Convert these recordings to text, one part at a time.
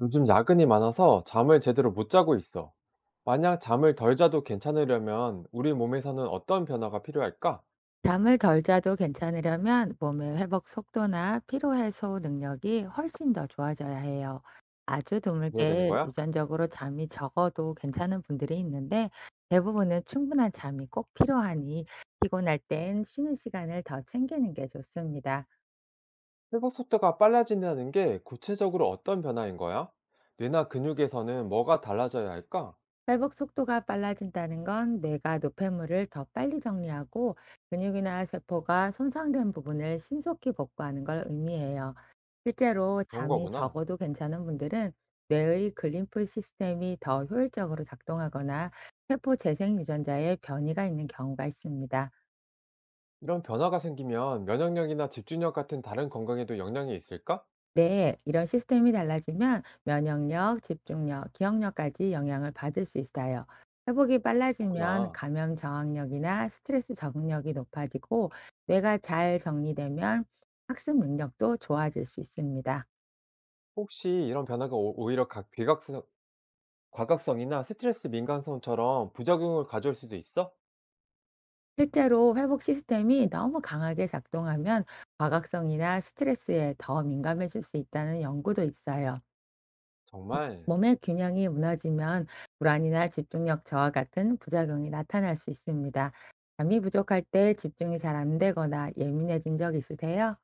요즘 야근이 많아서 잠을 제대로 못 자고 있어. 만약 잠을 덜 자도 괜찮으려면 우리 몸에서는 어떤 변화가 필요할까? 잠을 덜 자도 괜찮으려면 몸의 회복 속도나 피로 해소 능력이 훨씬 더 좋아져야 해요. 아주 그래야 되는 드물게 거야? 유전적으로 잠이 적어도 괜찮은 분들이 있는데 대부분은 충분한 잠이 꼭 필요하니 피곤할 땐 쉬는 시간을 더 챙기는 게 좋습니다. 회복 속도가 빨라진다는 게 구체적으로 어떤 변화인 거야? 뇌나 근육에서는 뭐가 달라져야 할까? 회복 속도가 빨라진다는 건 뇌가 노폐물을 더 빨리 정리하고 근육이나 세포가 손상된 부분을 신속히 복구하는 걸 의미해요. 실제로 그런 잠이 거구나. 적어도 괜찮은 분들은 뇌의 글림프 시스템이 더 효율적으로 작동하거나 세포 재생 유전자에 변이가 있는 경우가 있습니다. 이런 변화가 생기면 면역력이나 집중력 같은 다른 건강에도 영향이 있을까? 네, 이런 시스템이 달라지면 면역력, 집중력, 기억력까지 영향을 받을 수 있어요. 회복이 빨라지면 그렇구나. 감염 저항력이나 스트레스 적응력이 높아지고 뇌가 잘 정리되면 학습 능력도 좋아질 수 있습니다. 혹시 이런 변화가 오히려 각 비각성, 과각성이나 스트레스 민감성처럼 부작용을 가져올 수도 있어? 실제로 회복 시스템이 너무 강하게 작동하면 과각성이나 스트레스에 더 민감해질 수 있다는 연구도 있어요. 정말? 몸의 균형이 무너지면 불안이나 집중력 저하 같은 부작용이 나타날 수 있습니다. 잠이 부족할 때 집중이 잘 안 되거나 예민해진 적 있으세요?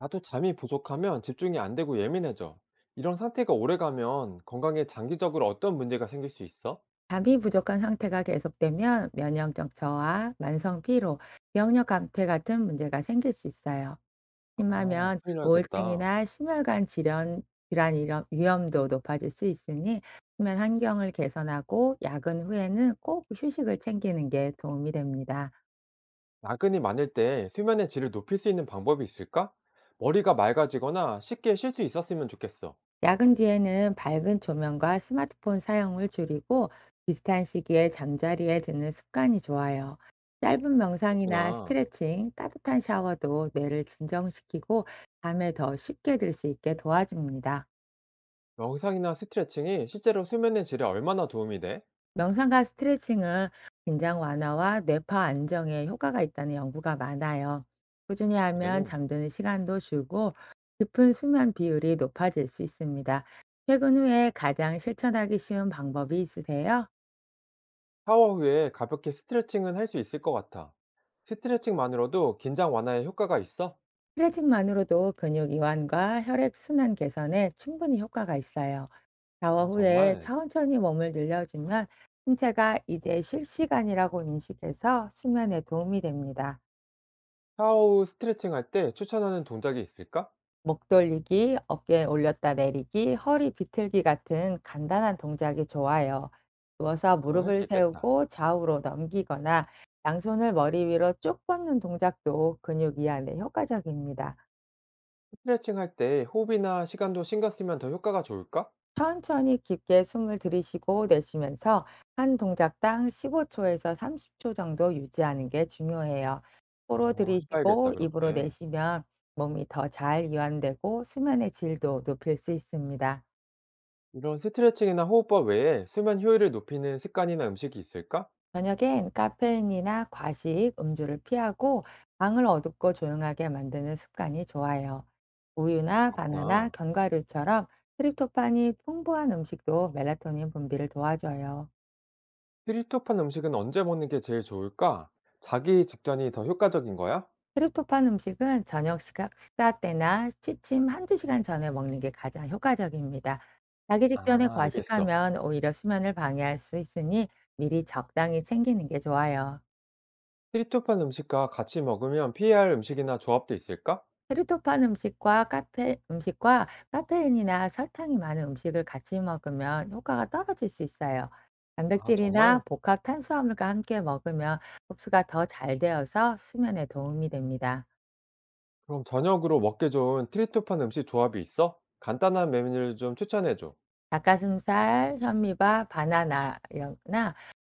나도 잠이 부족하면 집중이 안 되고 예민해져. 이런 상태가 오래가면 건강에 장기적으로 어떤 문제가 생길 수 있어? 잠이 부족한 상태가 계속되면 면역력 저하, 만성 피로, 기억력 감퇴 같은 문제가 생길 수 있어요. 아, 심하면 큰일 나겠다. 우울증이나 심혈관 질환 이런 위험도 높아질 수 있으니 수면 환경을 개선하고 야근 후에는 꼭 휴식을 챙기는 게 도움이 됩니다. 야근이 많을 때 수면의 질을 높일 수 있는 방법이 있을까? 머리가 맑아지거나 쉽게 쉴 수 있었으면 좋겠어. 야근 뒤에는 밝은 조명과 스마트폰 사용을 줄이고 비슷한 시기에 잠자리에 드는 습관이 좋아요. 짧은 명상이나 그렇구나. 스트레칭, 따뜻한 샤워도 뇌를 진정시키고 잠에 더 쉽게 들 수 있게 도와줍니다. 명상이나 스트레칭이 실제로 수면의 질에 얼마나 도움이 돼? 명상과 스트레칭은 긴장 완화와 뇌파 안정에 효과가 있다는 연구가 많아요. 꾸준히 그래. 하면 잠드는 시간도 줄고 깊은 수면 비율이 높아질 수 있습니다. 퇴근 후에 가장 실천하기 쉬운 방법이 있으세요? 샤워 후에 가볍게 스트레칭은 할 수 있을 것 같아. 스트레칭만으로도 긴장 완화에 효과가 있어? 스트레칭만으로도 근육 이완과 혈액 순환 개선에 충분히 효과가 있어요. 샤워 아, 후에 정말? 천천히 몸을 늘려주면 신체가 이제 쉴 시간이라고 인식해서 수면에 도움이 됩니다. 샤워 후 스트레칭 할 때 추천하는 동작이 있을까? 목 돌리기, 어깨 올렸다 내리기, 허리 비틀기 같은 간단한 동작이 좋아요. 누워서 그런 거 할 무릎을 수 있겠다. 세우고 좌우로 넘기거나 양손을 머리 위로 쭉 뻗는 동작도 근육 이완에 효과적입니다. 스트레칭 할 때 호흡이나 시간도 신경 쓰면 더 효과가 좋을까? 천천히 깊게 숨을 들이쉬고 내쉬면서 한 동작당 15초에서 30초 정도 유지하는 게 중요해요. 코로 아, 해봐야겠다, 들이쉬고 입으로 그렇게. 내쉬면 몸이 더 잘 이완되고 수면의 질도 높일 수 있습니다. 이런 스트레칭이나 호흡법 외에 수면 효율을 높이는 습관이나 음식이 있을까? 저녁엔 카페인이나 과식, 음주를 피하고 방을 어둡고 조용하게 만드는 습관이 좋아요. 우유나 바나나, 그렇구나. 견과류처럼 트립토판이 풍부한 음식도 멜라토닌 분비를 도와줘요. 트립토판 음식은 언제 먹는 게 제일 좋을까? 자기 직전이 더 효과적인 거야? 트립토판 음식은 저녁 식사 때나 취침 1~2 시간 전에 먹는 게 가장 효과적입니다. 자기 직전에 아, 알겠어. 과식하면 오히려 수면을 방해할 수 있으니 미리 적당히 챙기는 게 좋아요. 트립토판 음식과 같이 먹으면 피해야 할 음식이나 조합도 있을까? 트립토판 음식과 카페인이나 설탕이 많은 음식을 같이 먹으면 효과가 떨어질 수 있어요. 아, 단백질이나 정말? 복합 탄수화물과 함께 먹으면 흡수가 더 잘 되어서 수면에 도움이 됩니다. 그럼 저녁으로 먹기 좋은 트리토판 음식 조합이 있어? 간단한 메뉴를 좀 추천해줘. 닭가슴살, 현미밥, 바나나나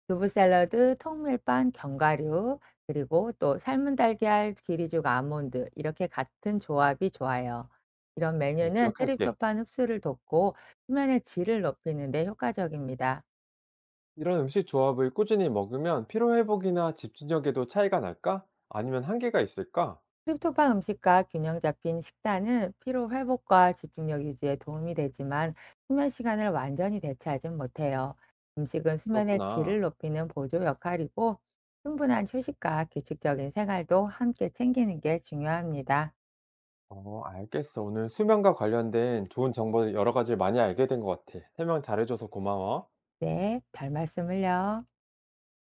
두부 샐러드, 통밀빵, 견과류 그리고 또 삶은 달걀, 기리죽, 아몬드 이렇게 같은 조합이 좋아요. 이런 잘 메뉴는 기억할게. 트립토판 흡수를 돕고 수면의 질을 높이는 데 효과적입니다. 이런 음식 조합을 꾸준히 먹으면 피로회복이나 집중력에도 차이가 날까? 아니면 한계가 있을까? 트립토판 음식과 균형 잡힌 식단은 피로 회복과 집중력 유지에 도움이 되지만 수면 시간을 완전히 대체하진 못해요. 음식은 수면의 그렇구나. 질을 높이는 보조 역할이고 충분한 휴식과 규칙적인 생활도 함께 챙기는 게 중요합니다. 어, 알겠어. 오늘 수면과 관련된 좋은 정보 여러 가지 많이 알게 된 것 같아. 설명 잘해줘서 고마워. 네, 별 말씀을요.